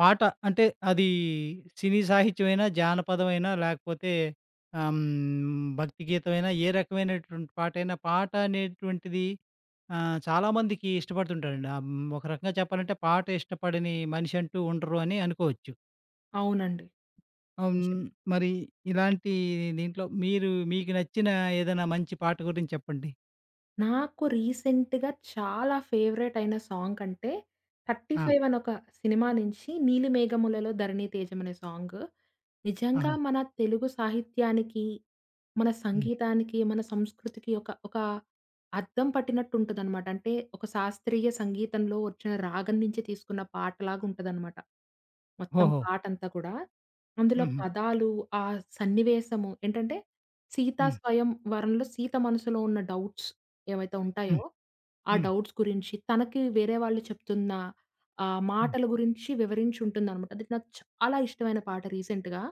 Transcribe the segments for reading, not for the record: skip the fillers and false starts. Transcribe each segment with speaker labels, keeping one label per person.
Speaker 1: పాట అంటే అది సినీ సాహిత్యమైనా, జానపదమైనా లేకపోతే భక్తి గీతమైనా ఏ రకమైనటువంటి పాటైనా పాట అనేటువంటిది చాలామందికి ఇష్టపడుతుంటారండి. ఒక రకంగా చెప్పాలంటే పాట ఇష్టపడని మనిషి అంటూ ఉండరు అని అనుకోవచ్చు.
Speaker 2: అవునండి.
Speaker 1: హ్మ్,
Speaker 2: నిజం.
Speaker 1: మరి ఇలాంటి దీంట్లో మీరు మీకు నచ్చిన ఏదైనా మంచి పాట గురించి చెప్పండి?
Speaker 2: నాకు రీసెంట్‌గా చాలా ఫేవరెట్ అయిన సాంగ్ అంటే
Speaker 1: ఆ!
Speaker 2: 'థర్టీఫైవ్' అని ఒక సినిమా నుంచి 'నీలిమేఘములలో ధరణి తేజం' అనే సాంగ్. నిజంగా
Speaker 1: ఆహా!
Speaker 2: మన తెలుగు సాహిత్యానికి, మన
Speaker 1: హ్మ్.
Speaker 2: సంగీతానికి, మన సంస్కృతికి ఒక ఒక అద్దం పట్టినట్టు ఉంటదనమాట. అంటే ఒక శాస్త్రీయ సంగీతంలో వచ్చిన రాగం నుంచి తీసుకున్న పాటలాగా ఉంటదనమాట. మొత్తం
Speaker 1: ఓహో!
Speaker 2: పాటంతా కూడా. అందులో
Speaker 1: హుహు.
Speaker 2: పదాలు, ఆ సన్నివేశము ఏంటంటే సీతా
Speaker 1: హ్మ్.
Speaker 2: స్వయం వరంలో సీత మనసులో ఉన్న డౌట్స్ ఏవైతే ఉంటాయో,
Speaker 1: హ్మ్.
Speaker 2: ఆ
Speaker 1: హ్మ్.
Speaker 2: డౌట్స్ గురించి తనకి వేరే వాళ్ళు చెప్తున్న
Speaker 1: హ్మ్. హ్మ్.
Speaker 2: మాటల గురించి వివరించుంటుందనమాట. అది నాకు చాలా ఇష్టమైన పాట రీసెంట్‌గా.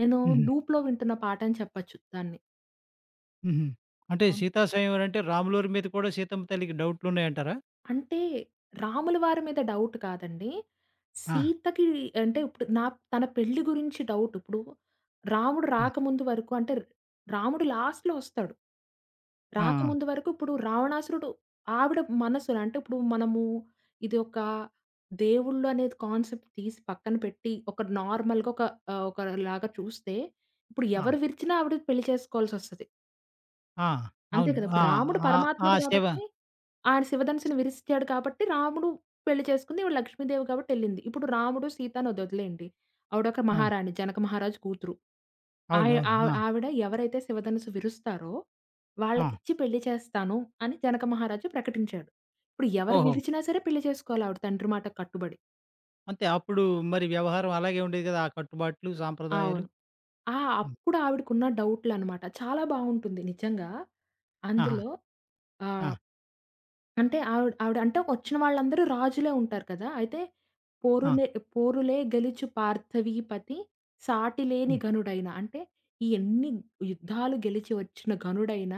Speaker 2: నేను
Speaker 1: హుహు.
Speaker 2: లూప్‌లో వింటున్న పాట అని చెప్పచ్చు దాన్ని.
Speaker 1: హుహు. అంటే
Speaker 2: అవును.
Speaker 1: 'సీతా స్వయంవరం' అంటే రాములవారి మీద కూడా సీతమ్మ తల్లికి డౌట్లున్నాయంటారా?
Speaker 2: అంటే రాముల వారి మీద డౌట్ కాదండి.
Speaker 1: ఆ!
Speaker 2: సీతకి అంటే ఇప్పుడు తన పెళ్లి గురించి డౌట్. ఇప్పుడు రాముడు
Speaker 1: హ్మ్.
Speaker 2: రాకముందు వరకు అంటే రాముడు లాస్ట్‌లో వస్తాడు.
Speaker 1: ఆ! ఉమ్,
Speaker 2: రాకముందు వరకు ఇప్పుడు రావణాసురుడు ఆవిడ మనసులో అంటే ఇప్పుడు మనము ఇది ఒక దేవుళ్ళు అనేది కాన్సెప్ట్ తీసి పక్కన పెట్టి, ఒక నార్మల్‌గా ఒక ఒకలాగా చూస్తే, ఇప్పుడు
Speaker 1: ఆ! ఆ!
Speaker 2: ఎవరు విరిచినా ఆవిడ పెళ్లి చేసుకోవాల్సొస్తది.
Speaker 1: ఆ!
Speaker 2: అంతే
Speaker 1: అవును.
Speaker 2: కదా!
Speaker 1: ఆ!
Speaker 2: ఇప్పుడు రాముడు
Speaker 1: ఆ! ఆ!
Speaker 2: పరమాత్ముడు
Speaker 1: శివ
Speaker 2: కాబట్టి ఆ! శివధనుస్సుని విరిచాడు కాబట్టి రాముడు పెళ్లి చేసుకుంది. ఈవిడ లక్ష్మీదేవి కాబట్టెళ్ళింది. ఇప్పుడు రాముడు, సీతను అదొదిలేయండి. ఆవిడొక
Speaker 1: ఆ!
Speaker 2: మహారాణి. జనక మహారాజు కూతురు. ఆయ
Speaker 1: అవునవును.
Speaker 2: ఆవ్
Speaker 1: ఆ!
Speaker 2: ఆవిడ ఎవరైతే శివధనుస్సు విరుస్తారో
Speaker 1: ఆ!
Speaker 2: వాళ్ళకిచ్చి పెళ్లి చేస్తాను అని జనక మహారాజు ప్రకటించాడు. ఇప్పుడు ఎవరు
Speaker 1: ఓహో!
Speaker 2: విరిచినా సరే పెళ్లి చేసుకోవాలి ఆవిడ తండ్రి మాటకు కట్టుబడి.
Speaker 1: అంతే అప్పుడు మరి వ్యవహారం అలాగే ఉండేది కదా! ఆ కట్టుబాట్లు, సాంప్రదాయాలు.
Speaker 2: అవును. ఆ!
Speaker 1: హ్మ్.
Speaker 2: అప్పుడు ఆవిడకున్న డౌట్‌లనమాట. చాలా బావుంటుంది నిజంగా.
Speaker 1: ఆహా!
Speaker 2: అందులో ఆ!
Speaker 1: ఆ!
Speaker 2: అంటే ఆవిడ ఆవిడ అంటే వచ్చిన వాళ్ళందరూ రాజులే ఉంటారు కదా! అయితే
Speaker 1: ఆ!
Speaker 2: పోరులే పోరులే గెలుచు పార్థవీపతి సాటి లేని
Speaker 1: హ్మ్.
Speaker 2: ఘనుడైన అంటే ఈ ఎన్ని యుద్ధాలు గెలిచి వచ్చిన ఘనుడైన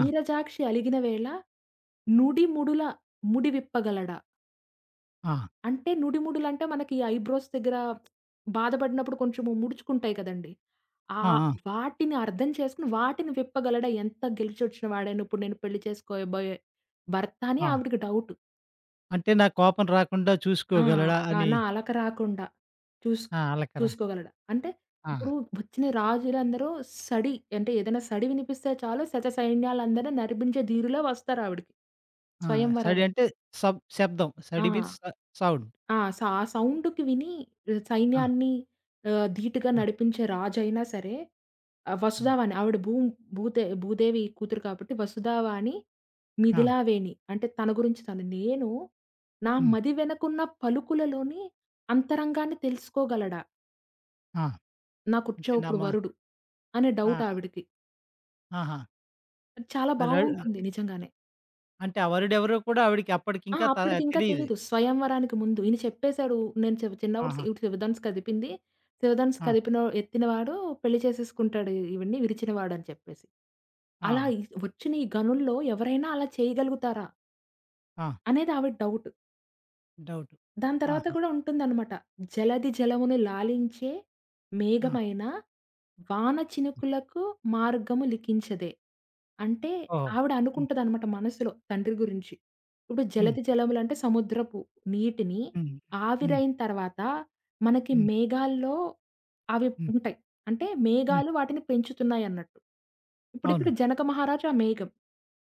Speaker 1: ఆ!
Speaker 2: అలిగిన వేళ నుడిముడుల ముడివిప్పగలడా?
Speaker 1: ఆ!
Speaker 2: అంటే నుడిముడులంటే మనకి ఐబ్రోస్ దగ్గర బాధపడినప్పుడు కొంచెము ముడుచుకుంటాయి కదండీ!
Speaker 1: ఆ!
Speaker 2: ఆహ్,
Speaker 1: ఆ!
Speaker 2: వాటిని అర్థం చేసుకొని వాటిని విప్పగలడా ఎంత గెలిచొచ్చిన వాడైనా ఇప్పుడు నేను పెళ్లి చేసుకోబోయే భర్త అని
Speaker 1: ఆ!
Speaker 2: ఆవిడకి డౌట్.
Speaker 1: అంటే నాకు కోపం రాకుండా
Speaker 2: ఆ!
Speaker 1: చూసుకోగలడా
Speaker 2: ఆ!
Speaker 1: అని
Speaker 2: నా అలక రాకుండా చూస్
Speaker 1: ఆ! అలకరా.
Speaker 2: చూసుకోగలడా. అంటే
Speaker 1: ఆ!
Speaker 2: ఇప్పుడు వచ్చిన రాజులందరూ సడి అంటే ఏదైనా సడి వినిపిస్తే చాలు శతసైన్యాలందరిని నరిపించే ధీరులే వస్తారావిడకి.
Speaker 1: ఆ! సడి
Speaker 2: స్వయంవరానికి.
Speaker 1: అంటే సబ్ శబ్దం.
Speaker 2: ఆ!
Speaker 1: సడి మీన్స్ స సౌండ్.
Speaker 2: ఆ! ఆ సౌండ్‌కి విని
Speaker 1: ఆ!
Speaker 2: సైన్యాన్ని ధీటుగా
Speaker 1: ఆ!
Speaker 2: నడిపించే రాజైనా సరే,
Speaker 1: ఆ!
Speaker 2: వసుధావని ఆవిడ భూతే భూదేవి కూతురు కాబట్టి వసుధావాని
Speaker 1: ఆ!
Speaker 2: మిథిలావేణి అంటే తన గురించి తను. నేను నా
Speaker 1: హ్మ్.
Speaker 2: మది వెనకున్న పలుకులలోని అంతరంగాన్ని తెలుసుకోగలడా
Speaker 1: ఆ! అంటే
Speaker 2: నాకుచ్చేప్పుడు
Speaker 1: నమ్మ
Speaker 2: వరుడు అనే డౌట్
Speaker 1: ఆ!
Speaker 2: ఆవిడకి.
Speaker 1: ఆహా!
Speaker 2: అది చాలా
Speaker 1: అలల్
Speaker 2: బావుంటుంది నిజంగానే.
Speaker 1: అంటే ఆ వరుడెవరో కూడా ఆవిడకి
Speaker 2: ఆ!
Speaker 1: అప్పటికింకా
Speaker 2: అప్పటికింకా
Speaker 1: తెలీదు.
Speaker 2: తెలీదు. స్వయంవరానికి ముందు. ఈయన చెప్పేసాడు. నేను చిన్నప్పుడు
Speaker 1: ఆహా!
Speaker 2: ఇటు శివధనుస్సు కదిపింది. శివధనుస్సు
Speaker 1: ఆ!
Speaker 2: కదిపిన ఎత్తినవాడు పెళ్లి చేసేసుకుంటాడు ఈవిడ్ని విరిచినవాడని చెప్పేసి.
Speaker 1: ఆ!
Speaker 2: అలా ఈ వచ్చిన ఈ గనుల్లో ఎవరైనా అలా చేయగలుగుతారా?
Speaker 1: ఆ!
Speaker 2: అనేది ఆవిడ డౌట్.
Speaker 1: డౌటు.
Speaker 2: దాని తర్వాత
Speaker 1: ఆహా!
Speaker 2: గూడా ఉంటుందనమాట. జలధి జలమును లాలించే
Speaker 1: ఆ!
Speaker 2: మేఘమైన వాన చినుకులకు మార్గము లిఖించదే. అంటే
Speaker 1: ఓహో!
Speaker 2: ఆవిడ
Speaker 1: హ్మ్.
Speaker 2: అనుకుంటదనమాట మనసులో తండ్రి గురించి. ఇప్పుడు
Speaker 1: హ్మ్.
Speaker 2: జలధి జలములంటే సముద్రపు నీటిని
Speaker 1: హ్మ్. హ్మ్.
Speaker 2: ఆవిరైన తర్వాత మనకి
Speaker 1: హ్మ్.
Speaker 2: మేఘాల్లో అవి
Speaker 1: హ్మ్.
Speaker 2: ఉంటాయి. అంటే
Speaker 1: హ్మ్.
Speaker 2: మేఘాలు వాటిని పెంచుతున్నాయన్నట్టు. ఇప్పుడిక్కడ
Speaker 1: అవును.
Speaker 2: జనక మహారాజు ఆ మేఘం.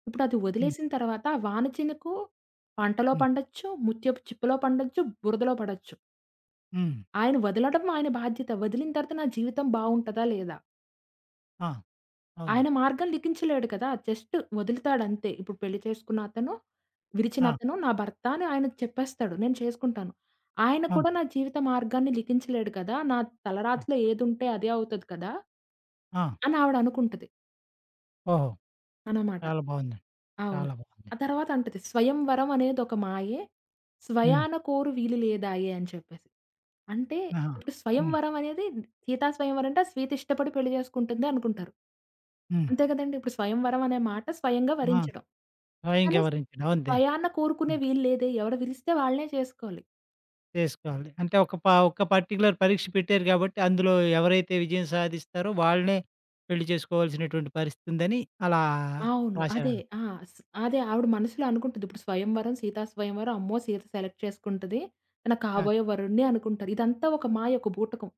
Speaker 2: ఇప్పుడది
Speaker 1: హ్మ్.
Speaker 2: వదిలేసిన తర్వాత ఆ వాన చినుకు పంటలో
Speaker 1: హ్మ్.
Speaker 2: పండొచ్చు, ముత్యపు చిప్పలో పండొచ్చు, బురదలో పడొచ్చు.
Speaker 1: హ్మ్.
Speaker 2: ఆయన వదలడం ఆయన బాధ్యత. వదిలిన తర్వాత నా జీవితం బావుంటదా? లేదా?
Speaker 1: ఆ!
Speaker 2: ఆయన
Speaker 1: అవునండి.
Speaker 2: మార్గం లిఖించలేడు కదా! జస్ట్ వదులుతాడంతే. ఇప్పుడు పెళ్లి చేసుకున్న అతను,
Speaker 1: ఆ!
Speaker 2: విరిచిన అతను నా భర్త అని ఆయన చెప్పేస్తాడు. నేను చేసుకుంటాను. ఆయన
Speaker 1: ఆ!
Speaker 2: కూడా నా జీవిత మార్గాన్ని లిఖించలేడు కదా! నా
Speaker 1: ఆ!
Speaker 2: తలరాతలో ఏదుంటే అదే అవుతది కదా!
Speaker 1: ఆ!
Speaker 2: అని ఆవిడ అనుకుంటది.
Speaker 1: ఓహో!
Speaker 2: అనమాట.
Speaker 1: చాలా బావుందండి.
Speaker 2: అవును.
Speaker 1: చాలా బావుంది.
Speaker 2: ఆ తర్వాత అంటది "స్వయంవరం అనేది ఒక మాయే,
Speaker 1: హ్మ్.
Speaker 2: స్వయాన కోరు వీలు లేదాయె" అని చెప్పేసి. అంటే
Speaker 1: ఆహా!
Speaker 2: ఇప్పుడు
Speaker 1: హ్మ్.
Speaker 2: స్వయంవరం అనేది సీతా స్వయంవరం అంటే సీత ఇష్టపడి పెళ్లి చేసుకుంటుంది అనుకుంటారు.
Speaker 1: హ్మ్.
Speaker 2: అంతే కదండీ! ఇప్పుడు స్వయంవరం అనే మాట స్వయంగా
Speaker 1: ఆ!
Speaker 2: వరించడం.
Speaker 1: స్వయంగా
Speaker 2: కానీ
Speaker 1: వివరించడం అంతే.
Speaker 2: స్వయాన కోరుకునే వీలు లేదే. ఎవరు పిలిస్తే వాళ్ళనే చేసుకోవాలి.
Speaker 1: చేసుకోవాలి. అంటే ఒక పర్టిక్యులర్ పరీక్ష పెట్టారు కాబట్టి, అందులో ఎవరైతే విజయం సాధిస్తారో వాళ్ళనే పెళ్లి చేసుకోవాల్సినటువంటి పరిస్థితుందని అలా
Speaker 2: అవును. అదే.
Speaker 1: రాశారని.
Speaker 2: ఆ! స్ అదే ఆవిడ మనసులో అనుకుంటది. ఇప్పుడు 'స్వయంవరం', 'సీతా స్వయంవరం' అమ్మో! సీత సెలెక్ట్ చేసుకుంటది. తన
Speaker 1: ఆ!
Speaker 2: కాబోయే వరుడిని అనుకుంటది. ఇదంతా ఒక మాయ, ఒక బూటకం.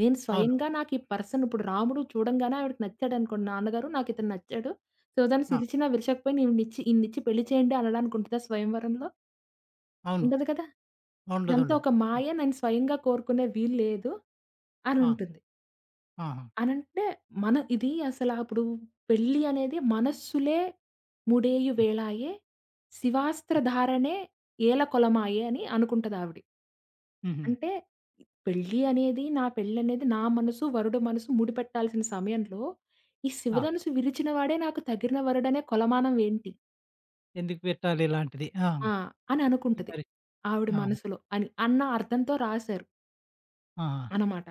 Speaker 2: నేను
Speaker 1: అవును.
Speaker 2: స్వయంగా నాకు ఈ పర్సన్ ఇప్పుడు రాముడు చూడంగానే ఆవిడకి నచ్చాడనుకోండి నాన్నగారు నాకితను నచ్చాడు. సుధను
Speaker 1: ఆ!
Speaker 2: సిరిచినా విరచకపోయినా ఈవిడనిచ్చి ఈయన్నిచ్చి పెళ్లి చేయండి అనడానికి ఉంటదా స్వయంవరంలో?
Speaker 1: అవును.
Speaker 2: ఉండదు కదా! ఇదంతా
Speaker 1: ఉండదుండదు.
Speaker 2: ఒక మాయ.
Speaker 1: హ్మ్.
Speaker 2: నేను స్వయంగా కోరుకునే వీల్లేదు
Speaker 1: ఆ!
Speaker 2: అనుంటుంది.
Speaker 1: ఆహా!
Speaker 2: అనంటే మన ఇది అసల అప్పుడు పెళ్లి అనేది మనస్సులే ముడేయు
Speaker 1: హ్మ్.
Speaker 2: వేళాయె, శివాస్త్ర
Speaker 1: హ్మ్.
Speaker 2: ధారణే ఏల కొలమాయె అని అనుకుంటదావిడ.
Speaker 1: హుహు.
Speaker 2: అంటే పెళ్లి అనేది, నా పెళ్లనేది నా మనసు, వరుడు మనసు ముడిపెట్టాల్సిన సమయంలో, ఈ
Speaker 1: ఆ!
Speaker 2: శివధనుసు విరిచిన వాడే నాకు తగిన వరుడనే కొలమానం ఏంటి?
Speaker 1: ఎందుకు పెట్టాలి ఇలాంటిది? ఆ!
Speaker 2: ఆ! అని
Speaker 1: ఈ
Speaker 2: అనుకుంటది.
Speaker 1: పరి
Speaker 2: ఆవిడ
Speaker 1: ఆహా!
Speaker 2: మనసులో అని అన్న అర్థంతో రాశారు.
Speaker 1: ఆహా!
Speaker 2: అనమాట.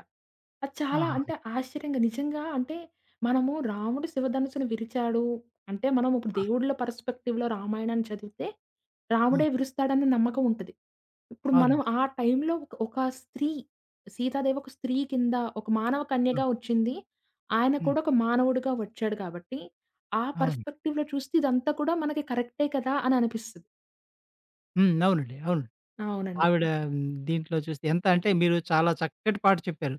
Speaker 2: అది చాలా
Speaker 1: ఆహా!
Speaker 2: అంటే ఆశ్చర్యంగా నిజంగా అంటే మనము రాముడు శివధనుస్సును విరిచాడు అంటే మనం ఇప్పుడు
Speaker 1: ఆ!
Speaker 2: దేవుళ్ళ పర్స్పెక్టివ్‌లో రామాయణాన్ని చదివితే రాముడే
Speaker 1: హ్మ్.
Speaker 2: విరుస్తాడన్న నమ్మకం ఉంటది. ఇప్పుడు మనం
Speaker 1: అవునండి.
Speaker 2: ఆ టైంలో ఒక ఒక స్త్రీ సీతాదేవి ఒక స్త్రీ కింద ఒక మానవ
Speaker 1: హ్మ్.
Speaker 2: కన్యగా వచ్చింది. ఆయన
Speaker 1: హ్మ్.
Speaker 2: కూడా ఒక మానవుడిగా వచ్చాడు కాబట్టి ఆ
Speaker 1: అవును.
Speaker 2: పర్స్పెక్టివ్‌లో చూస్తే ఇదంతా కూడా మనకి కరెక్టే కదా! అని అనిపిస్తది.
Speaker 1: హ్మ్. అవునండి. అవును.
Speaker 2: అవునండి.
Speaker 1: ఆవిడ హ్మ్, దీంట్లో చూస్తే ఎంత అంటే మీరు చాలా చక్కటి పాట చెప్పారు.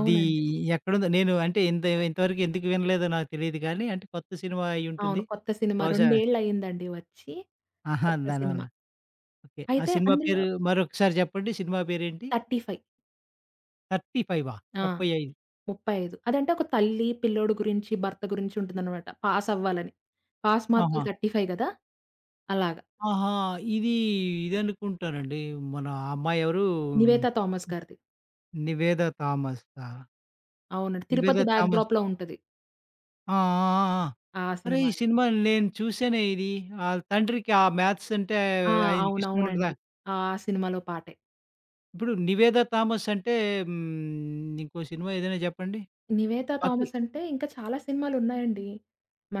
Speaker 1: ఇది ఎక్కడుందో నేను అంటే ఇంతవరకు ఎందుకు వినలేదో నాకు తెలీదు కానీ అంటే కొత్త సినిమా
Speaker 2: అవును.
Speaker 1: అయ్యుంటుంది.
Speaker 2: కొత్త సినిమా
Speaker 1: బహుశా
Speaker 2: రెండేళ్లయిందండి వచ్చి.
Speaker 1: ఆహా!
Speaker 2: కొత్త
Speaker 1: దానివల్ల.
Speaker 2: సినిమా.
Speaker 1: ఓకే. ఆ
Speaker 2: అయితే
Speaker 1: సినిమా
Speaker 2: అందులో
Speaker 1: పేరు మరొకసారి చెప్పండి. సినిమా పేరేంటి?
Speaker 2: 35.
Speaker 1: 35ఆ?
Speaker 2: ఆ!
Speaker 1: 35.
Speaker 2: 35 అదంటే ఒక తల్లి, పిల్లోడు గురించి, భర్త గురించి ఉంటుందనమాట. పాస్ అవ్వాలని. పాస్ మార్కులు
Speaker 1: ఆహా!
Speaker 2: 35 గదా! అలాగా.
Speaker 1: ఆహా! ఇది ఇదనుకుంటానండి. మన అమ్మాయి ఎవరు
Speaker 2: 'నివేతా థామస్' గారిది.
Speaker 1: 'నివేద థామసా?'
Speaker 2: అవునండి.
Speaker 1: 'నివేద
Speaker 2: 'తిరుపతి బ్యాక్
Speaker 1: థామస్'
Speaker 2: డ్రాప్‌లో' ఉంటది
Speaker 1: ఆ! ఆ! ఆ!
Speaker 2: ఆ
Speaker 1: అరే!
Speaker 2: సినిమా
Speaker 1: ఈ
Speaker 2: అండి.
Speaker 1: సినిమా నేను చూసానే ఇది. ఆళ్ళ తండ్రికి ఆ మ్యాథ్స్ అంటే
Speaker 2: ఆ!
Speaker 1: ఆయనకిష్టం ఉండదా?
Speaker 2: అవునవునండి. ఆ సినిమాలో పాటే.
Speaker 1: ఇప్పుడు 'నివేదా థామస్' అంటే హ్మ్, ఇంకో సినిమా ఏదైనా చెప్పండి.
Speaker 2: 'నివేతా
Speaker 1: వకీ
Speaker 2: థామస్' అంటే ఇంకా చాలా సినిమాలున్నాయండి.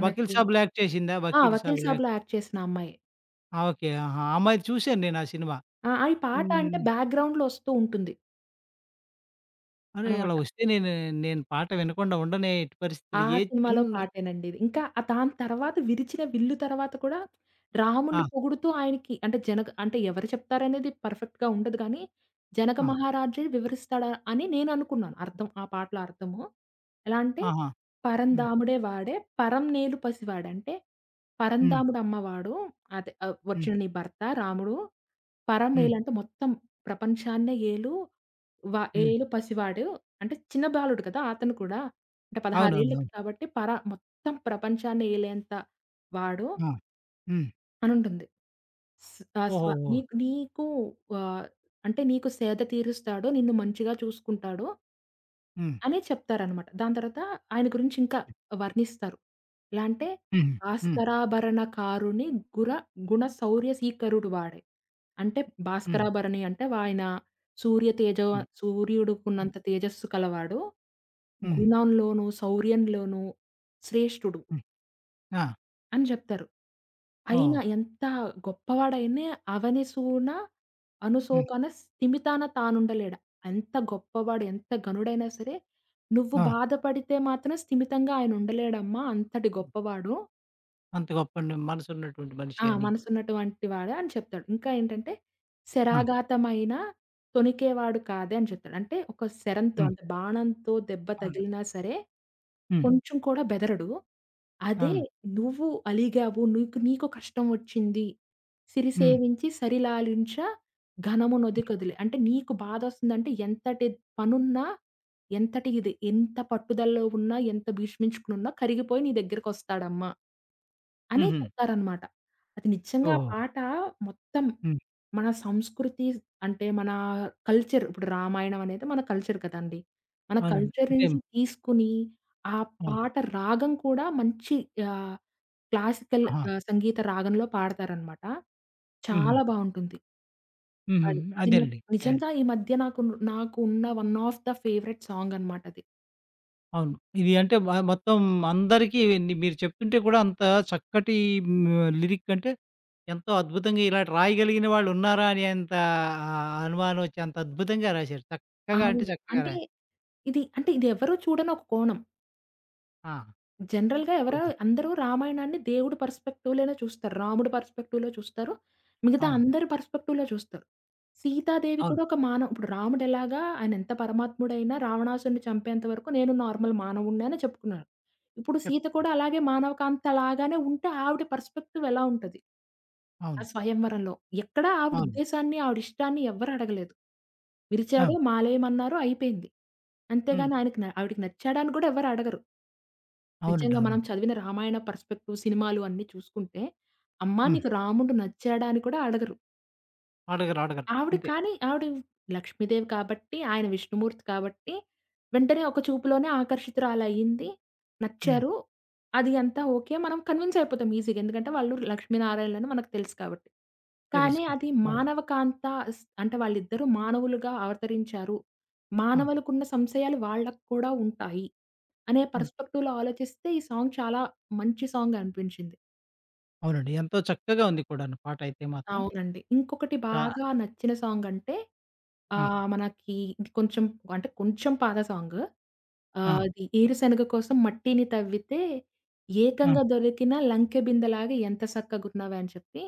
Speaker 1: 'వకీల్ సాబ్‌లో' యాక్ట్ చేసిందా?
Speaker 2: ఆ!
Speaker 1: 'వకీల్
Speaker 2: 'వకీల్
Speaker 1: సాబ్‌లో' యాక్ట్
Speaker 2: సాబ్‌లో' యాక్ట్ చేసిన అమ్మాయే.
Speaker 1: ఆ! ఓకే. ఆహా! ఆ అమ్మాయిది చూసాను నేను ఆ సినిమా.
Speaker 2: ఆ! ఆ ఈ పాట అంటే
Speaker 1: హ్మ్.
Speaker 2: బ్యాక్‌గ్రౌండ్‌లో వస్తూ ఉంటుంది
Speaker 1: అరే! అలా
Speaker 2: అనమాట.
Speaker 1: వస్తే నేను నేను పాట వినకుండా ఉండనే ఎట్టి
Speaker 2: ఆ
Speaker 1: పరిస్థితుల్లో. ఏ
Speaker 2: సినిమాలో
Speaker 1: చిన్న
Speaker 2: పాటేనండిది. ఇంకా ఆ దాని తర్వాత 'విరిచిన విల్లు' తర్వాత కూడా
Speaker 1: ఆ!
Speaker 2: రాముడిని పొగుడుతూ ఆయనకి అంటే జనగ అంటే ఎవరు చెప్తారనేది పర్ఫెక్ట్‌గా ఉండదు కానీ, జనక
Speaker 1: ఆ!
Speaker 2: మహారాజే వివరిస్తాడా అని నేననుకున్నాను. అర్థం ఆ పాటలో అర్థము. ఎలా అంటే
Speaker 1: ఆహా! హ్మ్.
Speaker 2: పరంధాముడే వాడే పరం నేలు పసివాడంటే
Speaker 1: హ్మ్.
Speaker 2: పరంధాముడు అమ్మవాడు అదే
Speaker 1: హ్మ్.
Speaker 2: వచ్చిన నీ భర్త రాముడు
Speaker 1: హ్మ్.
Speaker 2: పరమేలంటే మొత్తం ప్రపంచాన్నే ఏలు వ
Speaker 1: హ్మ్.
Speaker 2: ఏలు పసివాడు. అంటే చిన్న బాలుడు కదా! అతను కూడా. అంటే 16
Speaker 1: అవునవునవును.
Speaker 2: ఏళ్ళకి కాబట్టి పర మొత్తం ప్రపంచాన్ని ఏలేంత వాడు
Speaker 1: ఆ! హ్మ్.
Speaker 2: అనుంటుంది. స్ ఆహ్, స్వ
Speaker 1: ఓహోహో!
Speaker 2: నీకు నీకు ఆహ్, అంటే నీకు సేద తీరుస్తాడు. నిన్ను మంచిగా చూసుకుంటాడు.
Speaker 1: హ్మ్.
Speaker 2: అని చెప్తారనమాట. దాని తర్వాత ఆయన గురించి ఇంకా వర్ణిస్తారు. ఎలా అంటే
Speaker 1: హుహు. హ్మ్.
Speaker 2: భాస్కరాభరణ కారుని గుర గుణ శౌర్య సీకరుడు వాడే. అంటే
Speaker 1: హ్మ్.
Speaker 2: భాస్కరాభరణి అంటే ఆయన సూర్య తేజ
Speaker 1: హ్మ్. హ్మ్.
Speaker 2: సూర్యుడుకున్నంత తేజస్సు కలవాడు.
Speaker 1: హ్మ్.
Speaker 2: గుణంలోనూ, శౌర్యంలోనూ శ్రేష్ఠుడు.
Speaker 1: హ్మ్. ఆ!
Speaker 2: అని జెప్తారు.
Speaker 1: ఓహో!
Speaker 2: అయినా ఎంత గొప్పవాడైనా అవనిసూన
Speaker 1: హ్మ్.
Speaker 2: అనుసోకన స్థిమితాన తానుండలేడ. ఎంత గొప్పవాడు, ఎంత ఘనుడైనా సరే, నువ్వు
Speaker 1: ఆ!
Speaker 2: బాధపడితే మాత్రం స్థిమితంగా ఆయన ఉండలేడమ్మా! అంతటి గొప్పవాడు.
Speaker 1: అంత గొప్ప మనసున్నటువంటి మనిషి
Speaker 2: ఆ!
Speaker 1: అని.
Speaker 2: మనసున్నటువంటి వాడే అని చెప్తాడు. ఇంకా ఏంటంటే,
Speaker 1: ఆ!
Speaker 2: శరాఘాతమైన తొణికేవాడు కాదే అని చెప్తాడు. అంటే ఒక శరంతో
Speaker 1: హ్మ్.
Speaker 2: అంటే బాణంతో దెబ్బ
Speaker 1: అవును.
Speaker 2: తగిలినా సరే
Speaker 1: హ్మ్.
Speaker 2: కొంచెం కూడా బెదరడు. అదే
Speaker 1: అవును.
Speaker 2: నువ్వు అలిగావు, నీకు నీకు కష్టం వచ్చింది.
Speaker 1: హ్మ్.
Speaker 2: సిరిసేవించి సరిలాలించ ఘనమునొదికదిలి. అంటే నీకు బాధొస్తుందంటే ఎంతటి పనున్నా, ఎంతటి ఇది ఎంత పట్టుదలలో ఉన్నా, ఎంత భీష్మించుకునున్నా కరిగిపోయి నీ దగ్గరకొస్తాడమ్మ. అని
Speaker 1: హుహు.
Speaker 2: చెప్తారనమాట. అది నిజంగా ఆ
Speaker 1: ఓహో!
Speaker 2: పాట మొత్తం
Speaker 1: హ్మ్.
Speaker 2: మన సంస్కృతి అంటే మన కల్చర్ ఇప్పుడు రామాయణం అనేది మన కల్చర్ కదండీ. మన
Speaker 1: అవునండి.
Speaker 2: కల్చర్
Speaker 1: అంటే
Speaker 2: నుంచి తీసుకొని ఆ
Speaker 1: ఆ!
Speaker 2: పాట రాగం కూడా మంచి ఆహ్, క్లాసికల్
Speaker 1: ఆహా!
Speaker 2: సంగీత రాగంలో పాడతారనమాట.
Speaker 1: హుహు.
Speaker 2: చాలా బావుంటుంది.
Speaker 1: హుహు.
Speaker 2: అది. అది నాకు
Speaker 1: అదేనండి. యాహ్!
Speaker 2: నిజంగా ఈ మధ్య నాకు నాకు ఉన్న one of the favourite song అనమాట అది.
Speaker 1: అవును. ఇది అంటే మొత్తం అందరికీ ని మీరు చెప్తుంటే కూడా అంత చక్కటి హ్మ్, లిరిక్ అంటే ఎంతో అద్భుతంగా ఇలా రాయగలిగిన వాళ్ళున్నారా అనేంత ఆహ్, అనుమానం వచ్చి అంత అద్భుతంగా రాశారు. చక్కగా అంటే
Speaker 2: అవును.
Speaker 1: చక్కగా
Speaker 2: అంటే
Speaker 1: రా
Speaker 2: ఇది ఎవరు చూడని ఒక కోణం.
Speaker 1: ఆ!
Speaker 2: జనరల్‌గా
Speaker 1: అవునండి.
Speaker 2: అందరూ రామాయణాన్ని దేవుడి పర్స్పెక్టివ్‌లోనే చూస్తారు. రాముడి పర్స్పెక్టివ్‌లో చూస్తారు. మిగతా
Speaker 1: అవును.
Speaker 2: అందరి పర్స్పెక్టివ్‌లో చూస్తారు. సీతాదేవి
Speaker 1: అవును.
Speaker 2: కూడా ఒక మానవ ఇప్పుడు రాముడెలాగా ఆయన ఎంత పరమాత్ముడైనా రావణాసురుడిని చంపేంత వరకు నేను నార్మల్ మానవుడినే అని చెప్పుకున్నాడు. ఇప్పుడు సీత కూడా
Speaker 1: చెప్తున్నాను.
Speaker 2: అలాగే మానవ కాంత లాగానే ఉంటే ఆవిడ పర్స్పెక్టివ్ ఎలా ఉంటది? ఆ
Speaker 1: అవును.
Speaker 2: స్వయంవరంలో. ఎక్కడ ఆవిడ
Speaker 1: అవును.
Speaker 2: ఉద్దేశాన్ని, ఆవిడ ఇష్టాన్ని ఎవ్వరు అడగలేదు.
Speaker 1: ఆ!
Speaker 2: విరిచాడు, మాలేయమన్నారు అయిపోయింది.
Speaker 1: హ్మ్.
Speaker 2: అంతేగాని ఆయనకి ఆవిడకి నచ్చాడా అని కూడా ఎవరు అడగరు.
Speaker 1: అవునండి.
Speaker 2: నిజంగా మనం
Speaker 1: అవునండి.
Speaker 2: చదివిన రామాయణ పర్స్పెక్టివ్ సినిమాలు అన్నీ చూసుకుంటే, అమ్మా!
Speaker 1: హ్మ్.
Speaker 2: నీకు రాముడు నచ్చాడా? అని కూడా అడగరు.
Speaker 1: అడగరు. అడగరు.
Speaker 2: ఆవిడ
Speaker 1: అంతే.
Speaker 2: కానీ ఆవిడ లక్ష్మీదేవి కాబట్టి, ఆయన విష్ణుమూర్తి కాబట్టి, వెంటనే ఒక చూపులోనే ఆకర్షితురాలయ్యింది.
Speaker 1: హ్మ్.
Speaker 2: నచ్చారు. అది అంతా ఓకే. మనం కన్విన్స్ అయిపోతాం ఈజీగా. ఎందుకంటే వాళ్ళు లక్ష్మీనారాయణలని మనకు తెలుసు కాబట్టి. కానీ
Speaker 1: తెలుసుకున్నాం.
Speaker 2: అది
Speaker 1: అవును.
Speaker 2: మానవ కాంత అంటే వాళ్ళిద్దరూ మానవులుగా అవతరించారు.
Speaker 1: ఆ!
Speaker 2: మానవులకున్న సంశయాలు వాళ్ళకి కూడా ఉంటాయి. అనే
Speaker 1: అవును.
Speaker 2: పర్స్పెక్టివ్‌లో ఆలోచిస్తే ఈ సాంగ్ చాలా మంచి సాంగ్ అనిపించింది.
Speaker 1: అవునండి. ఎంతో చక్కగా ఉంది కూడాను పాటయితే మాత్రం.
Speaker 2: అవునండి. ఇంకొకటి
Speaker 1: చా
Speaker 2: బాగా నచ్చిన సాంగ్ అంటే
Speaker 1: ఆ!
Speaker 2: మనకి ఇది కొంచెం అంటే కొంచెం పాత సాంగు.
Speaker 1: ఆ!
Speaker 2: అది ఏరుశనగ కోసం మట్టిని తవ్వితే
Speaker 1: ఆ!
Speaker 2: ఏకంగా దొరికిన లంకె బిందెలాగా ఎంత సక్కగున్నావే అని చెప్పి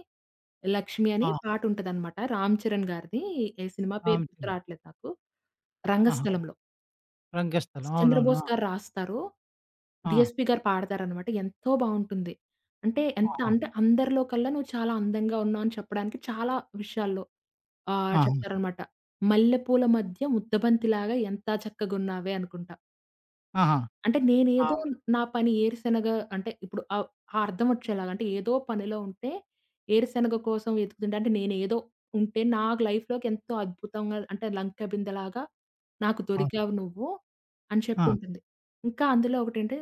Speaker 2: 'లక్ష్మి' అని
Speaker 1: ఆ!
Speaker 2: పాటుంటదనమాట. రామ్ చరణ్ గారిది. ఏ సినిమా పేరు గుర్తు
Speaker 1: రామచిలక
Speaker 2: రావట్లేదు నాకు.
Speaker 1: ఆహా!
Speaker 2: రంగస్థలంలో.
Speaker 1: రంగస్థలం. అవునవును.
Speaker 2: చంద్రబోస్
Speaker 1: ఆ!
Speaker 2: గారు రాస్తారు.
Speaker 1: ఆ!
Speaker 2: డీఎస్పీ గారు పాడతారనమాట. ఎంతో బావుంటుంది. అంటే ఎంత
Speaker 1: ఆహా!
Speaker 2: అంటే అందరిలో కల్లా నువ్వు చాలా అందంగా ఉన్నావు అని చెప్పడానికి చాలా విషయాల్లో. ఆ!
Speaker 1: ఆహా!
Speaker 2: చెప్తారనమాట. "మల్లెపూల మధ్య ముద్దబంతిలాగా ఎంత చక్కగున్నావే" అనుకుంటా.
Speaker 1: ఆహా!
Speaker 2: అంటే
Speaker 1: ఆ!
Speaker 2: నేనేదో నా పని ఏరుశెనగ అంటే ఇప్పుడు ఆ అర్థం వచ్చేలాగా అంటే ఏదో పనిలో ఉంటే ఏరుశెనగ కోసం వెతుకుతుంటే అంటే నేనేదో ఉంటే నా లైఫ్‌లోకి ఎంతో అద్భుతంగా అంటే లంక బిందెలాగా నాకు
Speaker 1: అవును.
Speaker 2: దొరికావు నువ్వు అని చెప్పి
Speaker 1: ఆ!
Speaker 2: ఉంటుంది. ఇంకా అందులో ఒకటంటే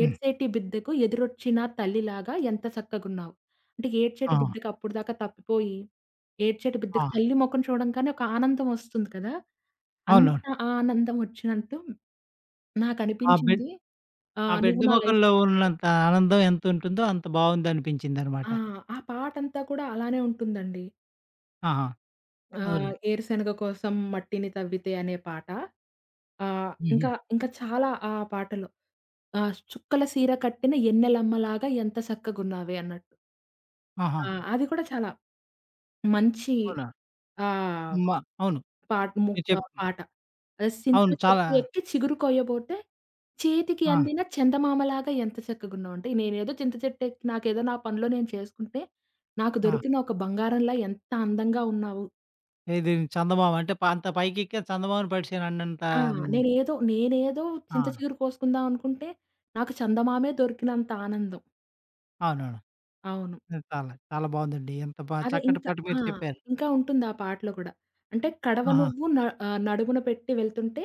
Speaker 1: హ్మ్.
Speaker 2: "ఏడ్సేటి బిద్దకు ఎదురొచ్చిన తల్లిలాగా ఎంత చక్కగున్నావు." అంటే ఏడ్చేటి
Speaker 1: ఆహా!
Speaker 2: బిడ్డకి అప్పటిదాకా తప్పిపోయి ఏడ్చేటి
Speaker 1: ఆ!
Speaker 2: బిడ్డకి తల్లి మొఖం చూడంగానే ఒక ఆనందం ఒస్తుంది కదా! అంత
Speaker 1: అవునవును.
Speaker 2: ఆనందం ఒచ్చినట్టు
Speaker 1: ఆ బెడ్
Speaker 2: నాకనిపించింది.
Speaker 1: ఆ
Speaker 2: 'నువ్వు
Speaker 1: బెడ్
Speaker 2: నా
Speaker 1: మొకంలో
Speaker 2: లైఫ్‌లో'
Speaker 1: ఉన్నంత ఆనందం ఎంతుంటుందో అంత బావుందనిపించిందనమాట.
Speaker 2: ఆ! ఆ పాటంతా కూడా అలానే ఉంటుందండి.
Speaker 1: ఆహా!
Speaker 2: ఓకే.
Speaker 1: అవును.
Speaker 2: 'ఏరుశెనగ కోసం మట్టిని తవ్వితే' అనే పాట.
Speaker 1: హుహు.
Speaker 2: ఇంకా ఇంకా చాలా ఆ పాటలో 'చుక్కల సీర కట్టిన ఎన్నెలమ్మలాగా ఎంత సక్కగున్నావే' అన్నట్టు.
Speaker 1: ఆహా!
Speaker 2: ఆ! అది కూడా చాలా మంచి
Speaker 1: అవునా!
Speaker 2: ఆహ్
Speaker 1: మా అవును.
Speaker 2: పాట్
Speaker 1: మీరు
Speaker 2: ముక్క
Speaker 1: చెప్
Speaker 2: పాట. అదే సింత
Speaker 1: అవును. చాలా
Speaker 2: చెట్టు ఎక్కి చిగురు కొయ్యబోతే చేతికి
Speaker 1: ఆ!
Speaker 2: అందిన చందమామలాగా ఎంత చక్కగున్నావంటే, నేనేదో చింత చెట్టెక్కి నాకేదో నా పనిలో నేను చేసుకుంటే, నాకు
Speaker 1: ఆ!
Speaker 2: దొరికిన ఒక బంగారంలా ఎంత అందంగా ఉన్నావు.
Speaker 1: ఇది చందమామ అంటే ప అంత పైకెక్కాను చందమామను పడిసాను అన్నంత
Speaker 2: ఆ!
Speaker 1: హ్మ్.
Speaker 2: నేనేదో నేనేదో
Speaker 1: ఆ!
Speaker 2: చింత చిగురు కోసుకుందాం అనుకుంటే, నాకు చందమామే దొరికినంత ఆనందం.
Speaker 1: అవునవును.
Speaker 2: అవును.
Speaker 1: హ్మ్. చాలా, చాలా బావుందండి. ఎంత బా
Speaker 2: అదే
Speaker 1: చక్కటి
Speaker 2: ఇంకా
Speaker 1: పాట
Speaker 2: ఆ!
Speaker 1: మీరు చెప్పారు.
Speaker 2: ఇంకా ఉంటుంది ఆ పాటలో కూడా. అంటే కడవ
Speaker 1: ఆహా!
Speaker 2: నువ్వు న ఆహ్, నడుమున పెట్టి వెళ్తుంటే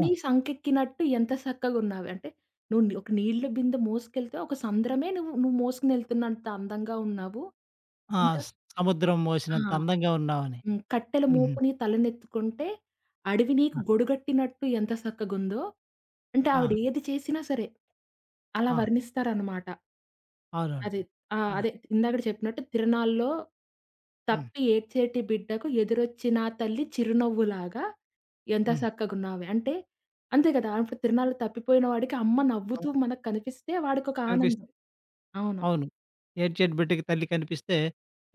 Speaker 1: ఆ!
Speaker 2: సంకెక్కినట్టు ఎంత సక్కగున్నావే. అంటే నువ్వు ఒక నీళ్ల బిందె మోసుకెళ్తే ఒక సంద్రమే నువ్వు నువ్వు మోసుకునెళ్తున్నంత అందంగా ఉన్నావు.
Speaker 1: ఆ!
Speaker 2: ఇంకా
Speaker 1: స్ సముద్రం
Speaker 2: ఆ!
Speaker 1: మోసినంత అందంగా ఉన్నావని.
Speaker 2: కట్టెల
Speaker 1: హుహు.
Speaker 2: మోపుని తలనెత్తుకుంటే అడవి నీకు
Speaker 1: ఆ!
Speaker 2: గొడుగట్టినట్టు ఎంత సక్కగుందో. అంటే
Speaker 1: ఆ!
Speaker 2: ఆవిడ ఏది చేసినా సరే అలా
Speaker 1: ఆ!
Speaker 2: వర్ణిస్తారనమాట.
Speaker 1: అవునవును.
Speaker 2: అదే. ఆ!
Speaker 1: ఆ!
Speaker 2: అదే ఇందాకడ చెప్పినట్టు 'తిరణాల్లో'
Speaker 1: హ్మ్.
Speaker 2: తప్పి ఏడ్చేటి బిడ్డకు ఎదురొచ్చిన ఆ తల్లి చిరునవ్వులాగా ఎంత
Speaker 1: హ్మ్.
Speaker 2: సక్కగున్నావే. అంటే అంతే కదా! ఇప్పుడు 'తిరణాల్లో' తప్పిపోయిన వాడికి అమ్మ నవ్వుతూ
Speaker 1: హ్మ్.
Speaker 2: మనకు కనిపిస్తే వాడికొక
Speaker 1: కనిపిస్తే
Speaker 2: ఆనందం. అవును.
Speaker 1: అవును. ఏడ్చేటి బిడ్డకి తల్లి కనిపిస్తే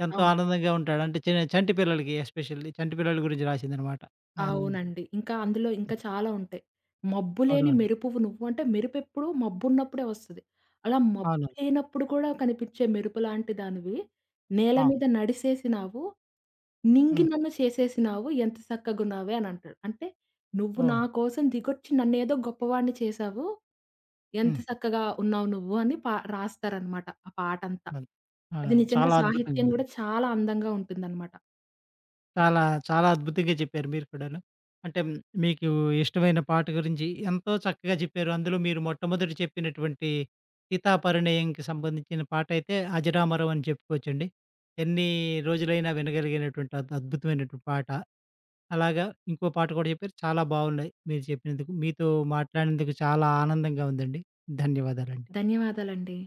Speaker 1: ఎంతో
Speaker 2: అవును.
Speaker 1: ఆనందంగా ఉంటాడు. అంటే చంటి పిల్లలకి ఎస్పెషల్లీ చంటి పిల్లల గురించి రాసిందనమాట. అన్
Speaker 2: అవునండి. ఇంకా అందులో ఇంకా చాలా ఉంటాయి. 'మబ్బులేని
Speaker 1: అవునవును.
Speaker 2: మెరుపువు నువ్వు' అంటే మెరుపెప్పుడు మబ్బున్నప్పుడే వస్తది. అలా మబ్బు
Speaker 1: అవును.
Speaker 2: లేనప్పుడు కూడా కనిపించే మెరుపు లాంటి దానివి. నేల
Speaker 1: ఆ!
Speaker 2: మీద నడిసేసినావు నింగి
Speaker 1: హ్మ్.
Speaker 2: నన్ను చేసేసినావు ఎంత సక్కగున్నావే అనంటాడు. అంటే నువ్వు
Speaker 1: ఓహ్!
Speaker 2: నా కోసం దిగొచ్చి నన్నేదో గొప్పవాడిని చేశావు. ఎంత
Speaker 1: హ్మ్.
Speaker 2: చక్కగా ఉన్నావు నువ్వు అని పా రాస్తారనమాట ఆ పాటంతా.
Speaker 1: అవును.
Speaker 2: అది
Speaker 1: అవును.
Speaker 2: నిజంగా
Speaker 1: చాలా
Speaker 2: సాహిత్యం
Speaker 1: అద్భుతంగా
Speaker 2: గూడా చాలా అందంగా ఉంటుందనమాట.
Speaker 1: చాలా, చాలా అద్భుతంగా చెప్పారు మీరు కూడాను. అంటే హ్మ్, మీకు ఇష్టమైన పాట గురించి ఎంతో చక్కగా చెప్పారు. అందులో మీరు మొట్టమొదటి చెప్పినటువంటి 'సీతాపరిణయం'కి సంబంధించిన పాటైతే అజరామరం అని చెప్పుకోవచ్చండి. ఎన్ని రోజులైనా వినగలిగినటువంటి అద్భుతమైనటువంటి పాట. అలాగా ఇంకో పాట కూడా చెప్పారు. చాలా బావున్నాయి మీరు చెప్పినందుకు. మీతో మాట్లాడినందుకు చాలా ఆనందంగా ఉందండి. ధన్యవాదాలండి.
Speaker 2: ధన్యవాదాలండి.